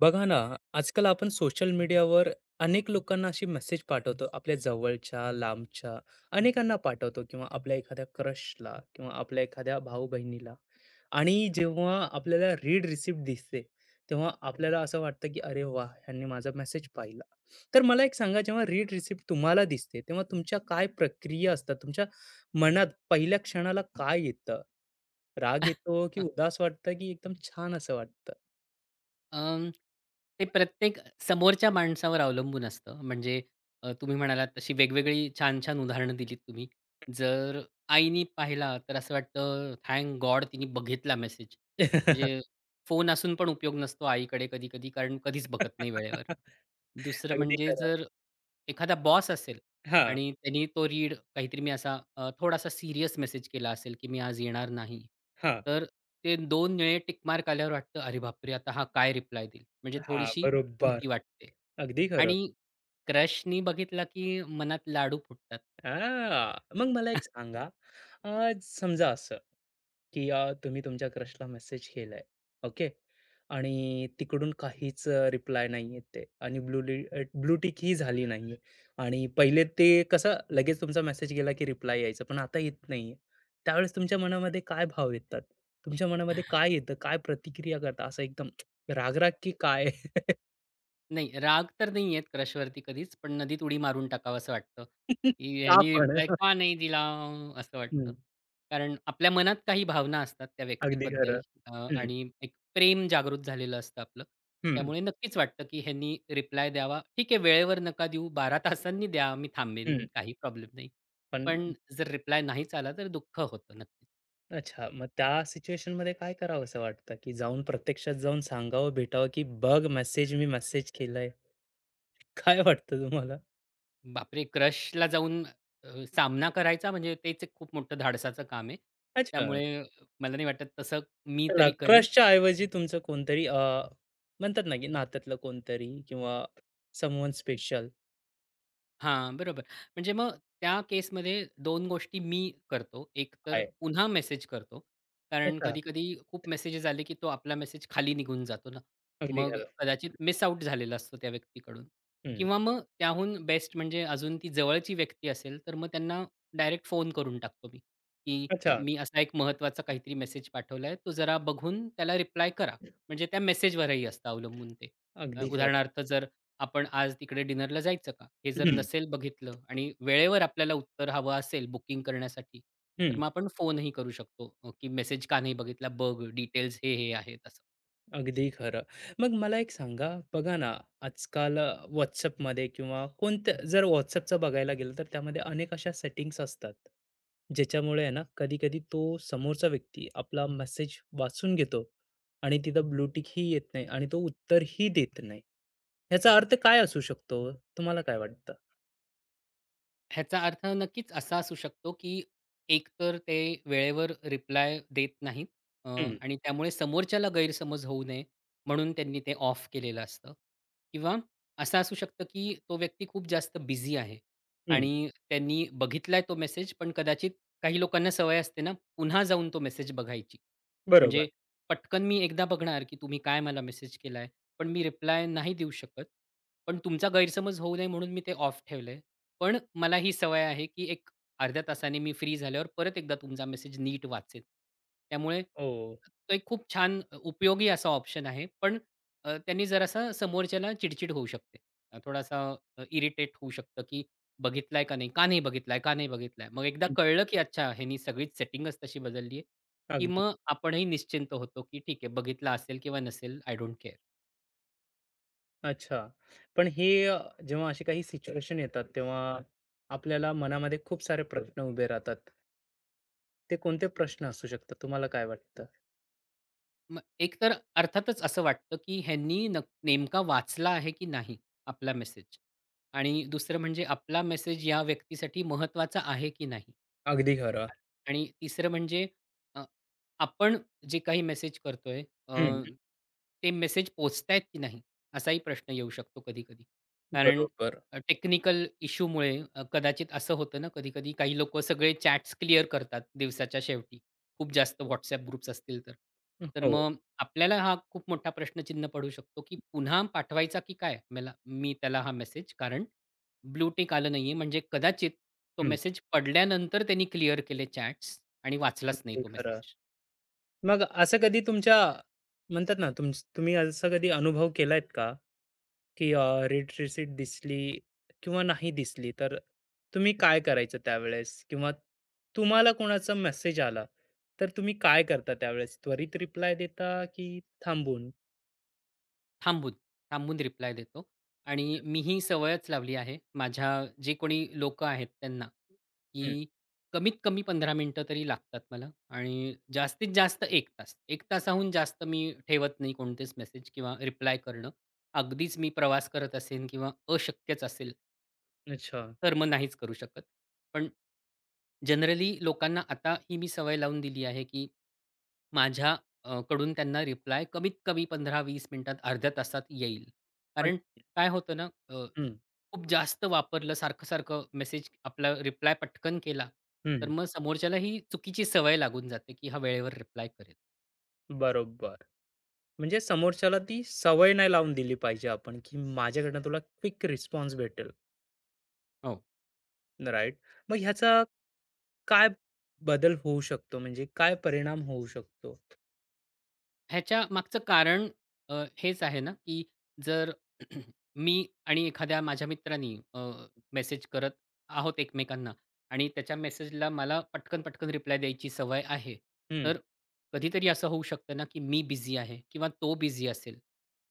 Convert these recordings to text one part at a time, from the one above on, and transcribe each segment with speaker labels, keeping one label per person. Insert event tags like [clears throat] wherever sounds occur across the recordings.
Speaker 1: बघा ना, आजकाल आपण सोशल मीडियावर अनेक लोकांना अशी मेसेज पाठवतो. आपल्या जवळच्या, लांबच्या अनेकांना पाठवतो किंवा आपल्या एखाद्या क्रशला किंवा आपल्या एखाद्या भाऊ-बहिणीला आणि जेव्हा आपल्याला रीड रिसिप्ट दिसते, तेव्हा आपल्याला असं वाटतं की "अरे वाह! ह्यांनी माझा मेसेज पाहिला." तर मला एक सांगा जेव्हा रीड रिसिप्ट तुम्हाला दिसते, तेव्हा तुमच्या काय प्रक्रिया असतात? तुमच्या मनात पहिल्या क्षणाला काय येतं? राग येतो की
Speaker 2: [laughs]
Speaker 1: उदास वाटतं की एकदम छान असं वाटतं?
Speaker 2: अं, ते प्रत्येक समोरच्या माणसावर अवलंबून असतं. म्हणजे तुम्ही म्हणालात तशी वेगवेगळी छान-छान उदाहरणं दिलीत तुम्ही. जर आईनी पाहिला तर असं वाटतं थँक गॉड तिने बघितला मेसेज. म्हणजे फोन असून पण उपयोग नसतो आईकडे कधी-कधी कारण कधीच बघत नाही वेळेवर.
Speaker 1: [laughs]
Speaker 2: दुसरं
Speaker 1: अगदी
Speaker 2: म्हणजे
Speaker 1: खरं.
Speaker 2: जर एखादा बॉस असेल
Speaker 1: हां,
Speaker 2: आणि त्यांनी तो रीड काहीतरी मी असा थोडासा सीरियस मेसेज केला असेल, की मी आज येणार नाही.
Speaker 1: हां,
Speaker 2: तर ते 2 वेळे टिक मार्क आल्यावर वाटतं, "अरे बापरे! आता हा काय रिप्लाय देईल?" म्हणजे
Speaker 1: हां,
Speaker 2: थोडीशी
Speaker 1: बरोबर.
Speaker 2: भीती वाटते.
Speaker 1: अगदी खरं.
Speaker 2: आणि क्रशनी बघितला की मनात लाडू फुटतात.
Speaker 1: हां, मग मला एक सांगा, समजा असं, की तुम्ही तुमच्या क्रशला मेसेज केलाय, ओके. आणि तिकडून काहीच रिप्लाय नाही येत आहे आणि ब्लू टिक ही झाली नाहीये आणि पहिले ते कसं लगेच तुमचा मेसेज गेला की रिप्लाय यायचा, पण आता येत नाहीये. त्यावेळेस तुमच्या मनामध्ये काय भाव येतात? तुमच्या मनामध्ये काय येतं? काय प्रतिक्रिया करता? असं एकदम राग की काय?
Speaker 2: नाही, राग तर नाही येत क्रशवरती कधीच, पण नदीत उडी मारून टाकावसं वाटतं,
Speaker 1: [laughs]
Speaker 2: की
Speaker 1: का
Speaker 2: ह्यानी
Speaker 1: पण?
Speaker 2: रिप्लाय का नाही दिला? असं वाटतं.
Speaker 1: हं,
Speaker 2: कारण आपल्या मनात काही भावना असतात त्या
Speaker 1: अगदी खरं.
Speaker 2: व्यक्तीबद्दल
Speaker 1: हं,
Speaker 2: आणि एक प्रेम जागृत झालेलं असतं आपलं.
Speaker 1: हं,
Speaker 2: त्यामुळे नक्कीच वाटतं, की ह्यांनी रिप्लाय द्यावा. ठीक आहे, वेळेवर नका देऊ, 12 तासांनी द्या, मी थांबेन,
Speaker 1: हं.
Speaker 2: काही प्रॉब्लेम नाही.
Speaker 1: पण
Speaker 2: पण जर रिप्लाय नाहीच आला, तर दुःख होतं नक्कीच.
Speaker 1: अच्छा, मग त्या सिच्युएशनमध्ये काय करावसं वाटतं, की जाऊन प्रत्यक्षात जाऊन सांगावं, भेटावं, की "बघ मेसेज, मी मेसेज केलाय." [laughs] काय वाटतं तुम्हाला?
Speaker 2: बापरे! क्रशला जाऊन सामना करायचा म्हणजे तेच एक खूप मोठं धाडसाचं काम आहे.
Speaker 1: अच्छा,
Speaker 2: त्यामुळे मला नाही वाटत तसं मी
Speaker 1: चला
Speaker 2: तरी करीन.
Speaker 1: क्रशच्या ऐवजी तुमचं कोणतरी म्हणतात ना, की नात्यातलं कोणतरी किंवा समवन स्पेशल
Speaker 2: हां, बरोबर. म्हणजे मग त्या केसमध्ये 2 गोष्टी मी करतो. एक तर
Speaker 1: आहे.
Speaker 2: पुन्हा मेसेज करतो. कारण
Speaker 1: अच्छा,
Speaker 2: कधी-कधी खूप मेसेजेस आले, की तो आपला मेसेज खाली निघून जातो ना.
Speaker 1: अगदी
Speaker 2: मग
Speaker 1: खरं.
Speaker 2: कदाचित मिस आउट झालेला असतो त्या व्यक्तीकडून
Speaker 1: हं,
Speaker 2: किंवा मग त्याहून बेस्ट म्हणजे अजून ती जवळची व्यक्ती असेल, तर मग त्यांना डायरेक्ट फोन करून टाकतो मी, की
Speaker 1: अच्छा,
Speaker 2: मी असा एक महत्त्वाचा काहीतरी मेसेज पाठवलाय. तो जरा बघून त्याला रिप्लाय करा. म्हणजे त्या मेसेजवरही असतं अवलंबून ते.
Speaker 1: अगदी खरं.
Speaker 2: उदाहरणार्थ जर आपण आज तिकडे डिनरला जायचं का? हे जर
Speaker 1: हं,
Speaker 2: नसेल बघितलं आणि वेळेवर आपल्याला उत्तर हवं असेल बुकिंग करण्यासाठी, तर
Speaker 1: हं.
Speaker 2: मग आपण फोनही करू शकतो, की मेसेज का नाही बघितला? बघ डिटेल्स हे आहेत असं.
Speaker 1: अगदी खरं. मग मला एक सांगा, बघा ना, आजकाल WhatsAppमध्ये किंवा कोणत्या जर WhatsAppचं बघायला गेलं, तर त्यामध्ये अनेक अशा सेटिंग्ज असतात, ज्याच्यामुळे आहे ना, कधी-कधी तो समोरचा व्यक्ती आपला मेसेज वाचून घेतो आणि तिथं ब्लूटिकही येत नाही आणि तो उत्तरही देत नाही. ह्याचा अर्थ काय असू शकतो? तुम्हाला काय वाटतं?
Speaker 2: ह्याचा अर्थ नक्कीच असा असू शकतो, की एकतर ते वेळेवर रिप्लाय देत नाहीत अ,
Speaker 1: हं,
Speaker 2: आणि त्यामुळे समोरच्याला गैरसमज होऊ नये म्हणून त्यांनी ते ऑफ केलेलं असतं. किंवा असं असू शकतं, की तो व्यक्ती खूप जास्त बिझी आहे
Speaker 1: हं.
Speaker 2: आणि त्यांनी बघितलाय तो मेसेज पण कदाचित काही लोकांना सवय असते ना, पुन्हा जाऊन तो मेसेज बघायची.
Speaker 1: बरोबर.
Speaker 2: म्हणजे पटकन मी एकदा बघणार, की तुम्ही काय मला मेसेज केलाय, पण मी रिप्लाय नाही देऊ शकत. पण तुमचा गैरसमज होऊ नये म्हणून मी ते ऑफ ठेवलंय. पण मला ही सवय आहे, की एक अर्ध्या तासाने मी फ्री झाल्यावर परत एकदा तुमचा मेसेज नीट वाचेन. त्यामुळे
Speaker 1: हो.
Speaker 2: तो एक खूप छान उपयोगी असा ऑप्शन आहे. पण त्यांनी जरासा समोरच्याला चिडचिड होऊ शकते. थोडासा इरिटेट होऊ शकतं, की बघितलाय का नाही? का नाही बघितलाय? का नाही बघितलाय? मग एकदा
Speaker 1: हं.
Speaker 2: कळलं, की अच्छा ह्यानी सगळीच सेटिंगच तशी बदलली आहे, की
Speaker 1: अगदी.
Speaker 2: मग आपणही निश्चिंत होतो, की ठीक आहे बघितला असेल किंवा नसेल, आय डोंट केअर.
Speaker 1: अच्छा. पण हे जेव्हा अशी काही सिच्युएशन येतात, तेव्हा आपल्याला मनामध्ये खूप सारे प्रश्न उभे राहतात. ते कोणते प्रश्न असू शकतात? तुम्हाला काय वाटतं?
Speaker 2: मग एकतर अर्थातच असं वाटतं, की ह्यांनी नेमका वाचला आहे की नाही आपला मेसेज? आणि दुसरं म्हणजे आपला मेसेज या व्यक्तीसाठी महत्त्वाचा आहे की नाही?
Speaker 1: अगदी खरं.
Speaker 2: आणि तिसरं म्हणजे आपण जे काही मेसेज करतोय अ,
Speaker 1: हं.
Speaker 2: ते मेसेज पोहोचतायत की नाही? असाही प्रश्न येऊ शकतो कधी-कधी. कारण
Speaker 1: बरोबर.
Speaker 2: टेक्निकल इश्यूमुळे कदाचित असं होतं ना कधी-कधी काही लोकं सगळे चॅट्स क्लिअर करतात दिवसाच्या शेवटी. खूप जास्त WhatsApp ग्रुप्स असतील तर. तर
Speaker 1: हो.
Speaker 2: मग आपल्याला हा खूप मोठा प्रश्नचिन्ह पडू शकतो, की पुन्हा पाठवायचा की काय मला मी त्याला हा मेसेज? कारण ब्लू आलं नाहीये म्हणजे कदाचित तो
Speaker 1: हं.
Speaker 2: मेसेज पडल्यानंतर त्यांनी क्लिअर केले चॅट्स आणि वाचलाच नाही
Speaker 1: अगदी
Speaker 2: तो
Speaker 1: खरं.
Speaker 2: मेसेज.
Speaker 1: मग असं कधी तुमच्या म्हणतात ना, तुम्ही असं कधी अनुभव केलायत का? की रेड रिसीट दिसली किंवा नाही दिसली, तर तुम्ही काय करायचं त्यावेळेस? किंवा तुम्हाला कोणाचा मेसेज आला, तर तुम्ही काय करता त्यावेळेस? त्वरित रिप्लाय देता की थांबून?
Speaker 2: थांबून, थांबून रिप्लाय देतो आणि मी ही सवयच लावली आहे माझ्या जे कोणी लोकं आहेत त्यांना,
Speaker 1: हं,
Speaker 2: की कमीत कमी 15 मिनिटं तरी लागतात मला आणि जास्तीत जास्त एक तास. 1 तासाहून जास्त मी ठेवत नाही कोणतेच मेसेज किंवा रिप्लाय करणं. अगदीच मी प्रवास करत असेन किंवा अशक्यच असेल,
Speaker 1: अच्छा.
Speaker 2: तर मग नाहीच करू शकत. पण जनरली लोकांना आता ही मी सवय लावून दिली आहे, की माझ्या कडून त्यांना रिप्लाय कमीत कमी 15-20 मिनिटात, अर्ध्या तासात येईल.
Speaker 1: पण
Speaker 2: कारण काय होतं ना, अ,
Speaker 1: हं,
Speaker 2: खूप जास्त वापरलं सारखं-सारखं मेसेज आपला रिप्लाय पटकन केला, तर
Speaker 1: हं.
Speaker 2: मग समोरच्याला ही चुकीची सवय लागून जाते, की हा वेळेवर रिप्लाय करेल.
Speaker 1: बरोबर. म्हणजे समोरच्याला ती सवय नाही लावून दिली पाहिजे आपण, की माझ्याकडनं तुला क्विक रिस्पॉन्स भेटेल,
Speaker 2: हो.
Speaker 1: राइट? मग ह्याचा काय बदल होऊ शकतो? म्हणजे काय परिणाम होऊ शकतो?
Speaker 2: ह्याच्या मागचं कारण हेच आहे ना, की जर [clears throat] मी आणि एखाद्या माझ्या मित्रानी मेसेज करत आहोत एकमेकांना आणि त्याच्या मेसेजला मला पटकन-पटकन रिप्लाय द्यायची सवय आहे.
Speaker 1: हं,
Speaker 2: तर कधीतरी असं होऊ शकतं ना, की मी बिझी आहे किंवा तो बिझी असेल,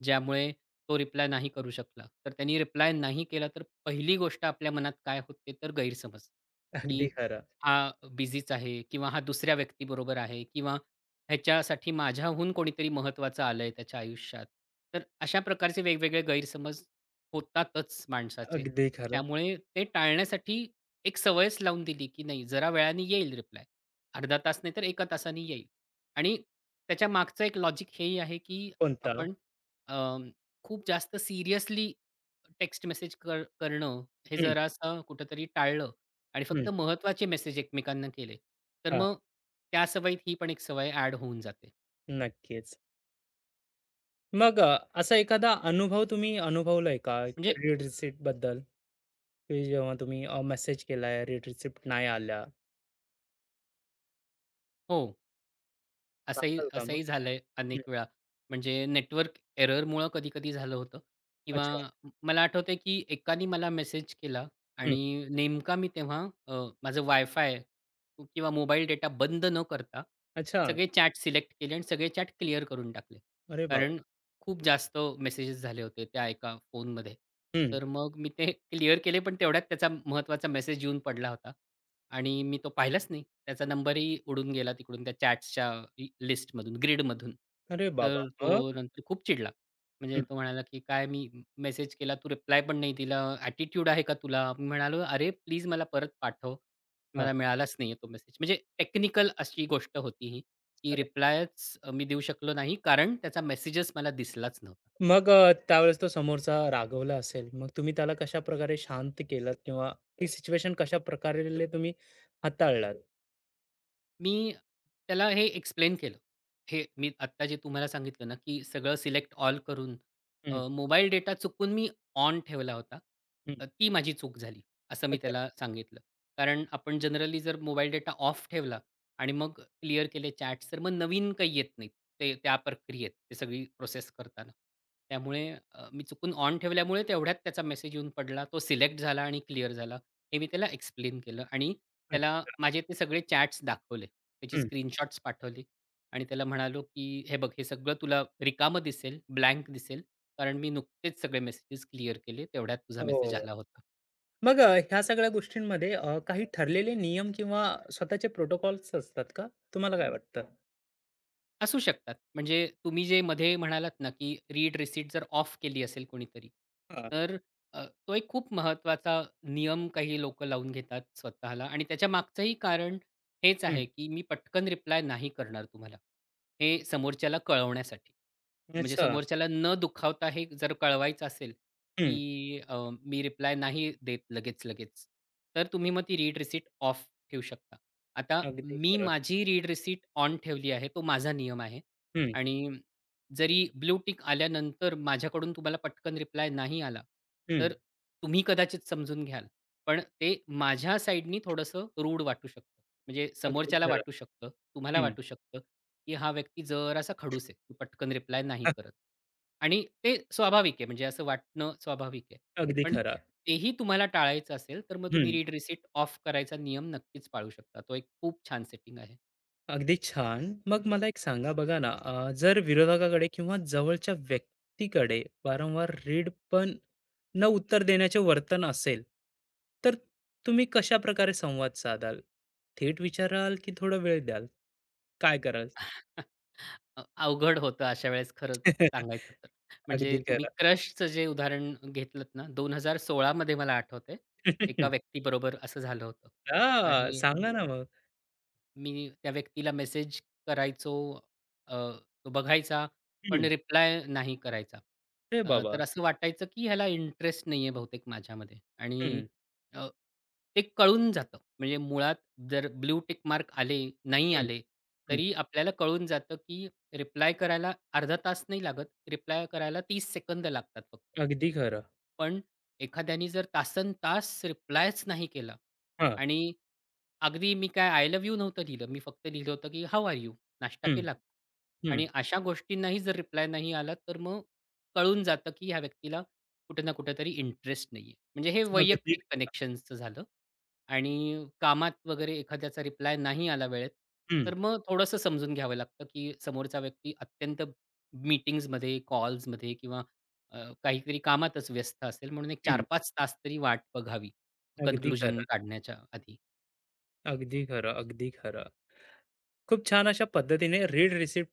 Speaker 2: ज्यामुळे तो रिप्लाय नाही करू शकला. तर त्यांनी रिप्लाय नाही केला, तर पहिली गोष्ट आपल्या मनात काय होते, तर गैरसमज, की
Speaker 1: अगदी खरं.
Speaker 2: हा बिझीच आहे किंवा हा दुसऱ्या व्यक्तीबरोबर आहे किंवा ह्याच्यासाठी माझ्याहून कोणीतरी महत्त्वाचं आलंय त्याच्या आयुष्यात. तर अशा प्रकारचे वेगवेगळे गैरसमज होतातच माणसाचे.
Speaker 1: अगदी खरं.
Speaker 2: त्यामुळे ते टाळण्यासाठी एक सवयच लावून दिली, की नाही जरा वेळाने येईल रिप्लाय. अर्धा तास नाही तर 1 तासाने येईल. आणि त्याच्या मागचं एक लॉजिक हेही आहे, की
Speaker 1: कोणता?
Speaker 2: आपण अं, खूप जास्त सीरियसली टेक्स्ट मेसेज करणं हे
Speaker 1: हं,
Speaker 2: जरासं कुठेतरी टाळलं, आणि
Speaker 1: हं.
Speaker 2: फक्त महत्त्वाचे मेसेज एकमेकांना केले, तर
Speaker 1: हां,
Speaker 2: मग त्या सवयीत ही पण एक सवय ॲड होऊन जाते.
Speaker 1: नक्कीच. मग असा एखादा अनुभव तुम्ही अनुभवलाय का
Speaker 2: म्हणजे
Speaker 1: रीड रिसिप्टबद्दल? की जेव्हा तुम्ही मेसेज केलाय, रीड रिसिप्ट नाही आल्या.
Speaker 2: हो. असंही
Speaker 1: सांगाल का मग?
Speaker 2: असंही झालंय
Speaker 1: हं,
Speaker 2: अनेक वेळा. म्हणजे नेटवर्क एररमुळं कधी-कधी झालं होतं किंवा
Speaker 1: अच्छा.
Speaker 2: मला आठवतंय की एकाने मला मेसेज केला
Speaker 1: हं,
Speaker 2: आणि नेमका मी तेव्हा अ, माझं वायफाय किंवा मोबाईल डेटा बंद न करता
Speaker 1: अच्छा.
Speaker 2: सगळे चॅट सिलेक्ट केले आणि सगळे चॅट क्लिअर करून टाकले.
Speaker 1: अरे बाबा!
Speaker 2: कारण खूप जास्त मेसेजेस झाले होते त्या एका फोनमध्ये.
Speaker 1: हं,
Speaker 2: तर मग मी ते क्लिअर केले पण तेवढ्यात त्याचा महत्त्वाचा मेसेज येऊन पडला होता. आणि मी तो पाहिलाच नाही. त्याचा नंबरही उडून गेला तिकडून त्या चॅट्सच्या लिस्टमधून, ग्रिडमधून.
Speaker 1: अरे बाबा!
Speaker 2: तर तो
Speaker 1: मग?
Speaker 2: नंतर खूप चिडला. म्हणजे
Speaker 1: हं,
Speaker 2: तो म्हणाला, की "काय मी मेसेज केला, तू रिप्लाय पण नाही दिला. ॲटिट्यूड आहे का तुला?" मी म्हणालो, "अरे प्लीज मला परत पाठव.
Speaker 1: हां.
Speaker 2: मला मिळालाच नाही तो मेसेज." म्हणजे टेक्निकल अशी गोष्ट होती ही, की
Speaker 1: अरे
Speaker 2: रिप्लायच मी देऊ शकलो नाही कारण त्याचा मेसेजच मला दिसलाच नव्हता.
Speaker 1: मग त्यावेळेस तो समोरचा रागवला असेल. मग तुम्ही त्याला कशाप्रकारे शांत केलत किंवा ती सिच्युएशन कशाप्रकारे तुम्ही हाताळलात?
Speaker 2: मी त्याला हे एक्सप्लेन केलं. हे मी आत्ता जे तुम्हाला सांगितलं ना, की सगळं सिलेक्ट ऑल करून
Speaker 1: हं,
Speaker 2: मोबाईल डेटा चुकून मी ऑन ठेवला होता.
Speaker 1: हं.
Speaker 2: ती माझी चूक झाली, असं मी
Speaker 1: अच्छा,
Speaker 2: त्याला सांगितलं. कारण आपण जनरली जर मोबाईल डेटा ऑफ ठेवला आणि मग क्लिअर केले चॅट्स, तर मग नवीन काही येत नाहीत. ते त्या प्रक्रियेत, ते सगळी प्रोसेस करताना. त्यामुळे मी चुकून ऑन ठेवल्यामुळे तेवढ्यात त्याचा मेसेज येऊन पडला. तो सिलेक्ट झाला आणि क्लिअर झाला. हे मी त्याला एक्सप्लेन केलं आणि त्याला
Speaker 1: अच्छा.
Speaker 2: माझे ते सगळे चॅट्स दाखवले. त्याची
Speaker 1: हं.
Speaker 2: स्क्रीनशॉट्स पाठवली आणि त्याला म्हणालो, की "हे बघ, हे सगळं तुला रिकामं दिसेल, ब्लँक दिसेल, कारण मी नुकतेच सगळे मेसेजेस क्लिअर केले. तेवढ्यात तुझा मेसेज
Speaker 1: हो.
Speaker 2: आला होता."
Speaker 1: मग ह्या सगळ्या गोष्टींमध्ये काही ठरलेले नियम किंवा स्वतःचे प्रोटोकॉल्स असतात का? तुम्हाला काय वाटतं?
Speaker 2: असू शकतात. म्हणजे तुम्ही जे मध्ये म्हणालात ना, की रीड रिसीट जर ऑफ केली असेल कोणीतरी,
Speaker 1: हां.
Speaker 2: तर तो एक खूप महत्त्वाचा नियम काही लोकं लावून घेतात स्वतःला आणि त्याच्या मागचंही कारण हेच
Speaker 1: हं.
Speaker 2: आहे, की मी पटकन रिप्लाय नाही करणार तुम्हाला. हे समोरच्याला कळवण्यासाठी. म्हणजे
Speaker 1: अच्छा.
Speaker 2: समोरच्याला न दुखावता हे जर कळवायचं असेल,
Speaker 1: हं.
Speaker 2: की मी रिप्लाय नाही देत लगेच-लगेच, तर तुम्ही मग ती रीड रिसीट ऑफ ठेवू शकता. आता
Speaker 1: अगदी
Speaker 2: मी
Speaker 1: खरं.
Speaker 2: माझी रीड रिसीट ऑन ठेवली आहे. तो माझा नियम आहे.
Speaker 1: हं,
Speaker 2: आणि जरी ब्लू टिक आल्यानंतर माझ्याकडून तुम्हाला पटकन रिप्लाय नाही आला,
Speaker 1: हं.
Speaker 2: तर तुम्ही कदाचित समजून घ्याल. पण ते माझ्या साइडनी थोडंसं रूड वाटू शकतं. म्हणजे
Speaker 1: अगदी
Speaker 2: समोरच्याला
Speaker 1: खरं.
Speaker 2: वाटू शकतं, तुम्हाला
Speaker 1: हं.
Speaker 2: वाटू शकतं, की हा व्यक्ती जरासा खडूस आहे. की पटकन रिप्लाय नाही करत. आणि ते स्वाभाविक आहे. म्हणजे असं वाटणं स्वाभाविक आहे.
Speaker 1: अगदी [laughs]
Speaker 2: पण
Speaker 1: खरं.
Speaker 2: तेही तुम्हाला टाळायचं असेल, तर मग तुम्ही
Speaker 1: हं.
Speaker 2: रीड रिसीट ऑफ करायचा नियम नक्कीच पाळू शकता. तो एक खूप छान सेटिंग आहे.
Speaker 1: अगदी छान. मग मला एक सांगा बघा ना, जर विरोधकाकडे किंवा जवळच्या व्यक्तीकडे वारंवार रीडपण न उत्तर देण्याचे वर्तन असेल, तर तुम्ही कशाप्रकारे संवाद साधाल? थेट विचाराल की थोडा वेळ द्याल? काय कराल?
Speaker 2: [laughs] अवघड होतं अशा वेळेस खरंच सांगायचं तर.
Speaker 1: [laughs] अगदी
Speaker 2: म्हणजे तुम्ही
Speaker 1: खरं.
Speaker 2: क्रशचं जे उदाहरण घेतलत ना, 2016 मध्ये मला आठवतंय, एका
Speaker 1: [laughs]
Speaker 2: व्यक्तीबरोबर असं झालं होतं
Speaker 1: हां,
Speaker 2: आणि
Speaker 1: सांगा ना मग.
Speaker 2: मी त्या व्यक्तीला मेसेज करायचो, अ, तो बघायचा, पण
Speaker 1: हं.
Speaker 2: रिप्लाय नाही करायचा.
Speaker 1: अरे बाबा!
Speaker 2: तर असं वाटायचं, की ह्याला इंटरेस्ट नाही आहे बहुतेक माझ्यामध्ये आणि
Speaker 1: हं,
Speaker 2: अ, ते कळून जातं. म्हणजे मुळात जर ब्लू टिक मार्क आले, नाही
Speaker 1: हं,
Speaker 2: आले,
Speaker 1: हं.
Speaker 2: तरी आपल्याला कळून जातं, की रिप्लाय करायला अर्धा तास नाही लागत. रिप्लाय करायला 30 सेकंद लागतात फक्त.
Speaker 1: अगदी खरं.
Speaker 2: पण एखाद्याने जर तासनतास रिप्लायच नाही केला,
Speaker 1: हां.
Speaker 2: आणि अगदी मी काय आय लव्ह यू नव्हतं लिहिलं. मी फक्त लिहिलं होतं, की हाऊ आर यू? नाश्ता
Speaker 1: हं,
Speaker 2: केला का?
Speaker 1: हं.
Speaker 2: आणि अशा गोष्टींनाही जर रिप्लाय नाही आला, तर मग कळून जातं, की ह्या व्यक्तीला कुठे ना कुठेतरी इंटरेस्ट नाहीये. म्हणजे हे
Speaker 1: अगदी
Speaker 2: वैयक्तिक कनेक्शन्सचं झालं. आणि कामात वगैरे एखाद्याचा रिप्लाय नाही आला वेळेत,
Speaker 1: हं,
Speaker 2: तर मग थोडंसं समजून घ्यावं लागतं, की समोरचा व्यक्ती अत्यंत मीटिंग्जमध्ये, कॉल्समध्ये किंवा अ, काहीतरी कामातच व्यस्त असेल म्हणून एक
Speaker 1: हं.
Speaker 2: 4-5 तास तरी वाट बघावी.
Speaker 1: अगदी
Speaker 2: कन्क्लुजन
Speaker 1: खरं,
Speaker 2: काढण्याच्या आधी.
Speaker 1: अगदी खरं, अगदी खरं. खूप छान अशा पद्धतीने रीड रिसिप्ट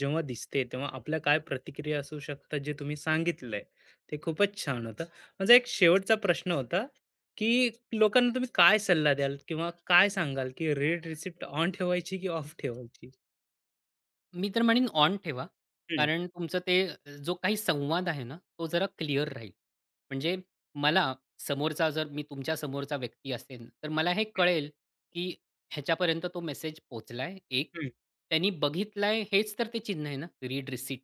Speaker 1: जेव्हा दिसते, तेव्हा आपल्या काय प्रतिक्रिया असू शकतात जे तुम्ही सांगितलंय, ते खूपच छान होतं. माझा एक शेवटचा प्रश्न होता, की लोकांना तुम्ही काय सल्ला द्याल किंवा काय सांगाल, की रीड रिसिप्ट ऑन ठेवायची की ऑफ ठेवायची?
Speaker 2: मी तर म्हणेन ऑन ठेवा. कारण तुमचं ते जो काही संवाद आहे ना, तो जरा क्लिअर राहील. म्हणजे मला समोरचा जर मी तुमच्या समोरचा व्यक्ती असेन, तर मला हे कळेल, की ह्याच्यापर्यंत तो मेसेज पोहोचलाय एक. त्यांनी बघितलाय हेच तर ते चिन्ह आहे ना, रीड रिसीट.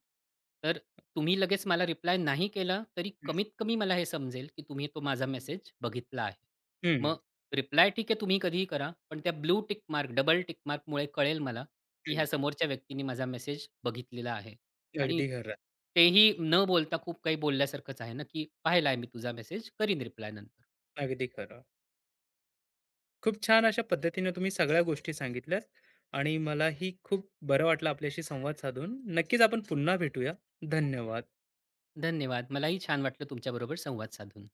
Speaker 2: तर तुम्ही लगेच मला रिप्लाय नाही केला, तरी कमीत कमी मला हे समजेल, की तुम्ही तो माझा मेसेज बघितला आहे.
Speaker 1: हं,
Speaker 2: मग रिप्लाय ठीक आहे तुम्ही कधीही करा. पण त्या blue tick mark, double tick मार्कमुळे कळेल मला, की
Speaker 1: हं.
Speaker 2: ह्या समोरच्या व्यक्तीने माझा मेसेज बघितलेला आहे. आणि
Speaker 1: अगदी खरं,
Speaker 2: तेही न बोलता खूप काही बोलल्यासारखंच आहे ना, की "पाहिला आहे मी तुझा मेसेज. करीन रिप्लाय नंतर."
Speaker 1: अगदी खरं. खूप छान अशा पद्धतीने तुम्ही सगळ्या गोष्टी सांगितल्यात आणि मलाही खूप बरं वाटलं आपल्याशी संवाद साधून. नक्कीच आपण पुन्हा भेटूया. धन्यवाद.
Speaker 2: धन्यवाद. मलाही छान वाटलं तुमच्याबरोबर संवाद साधून.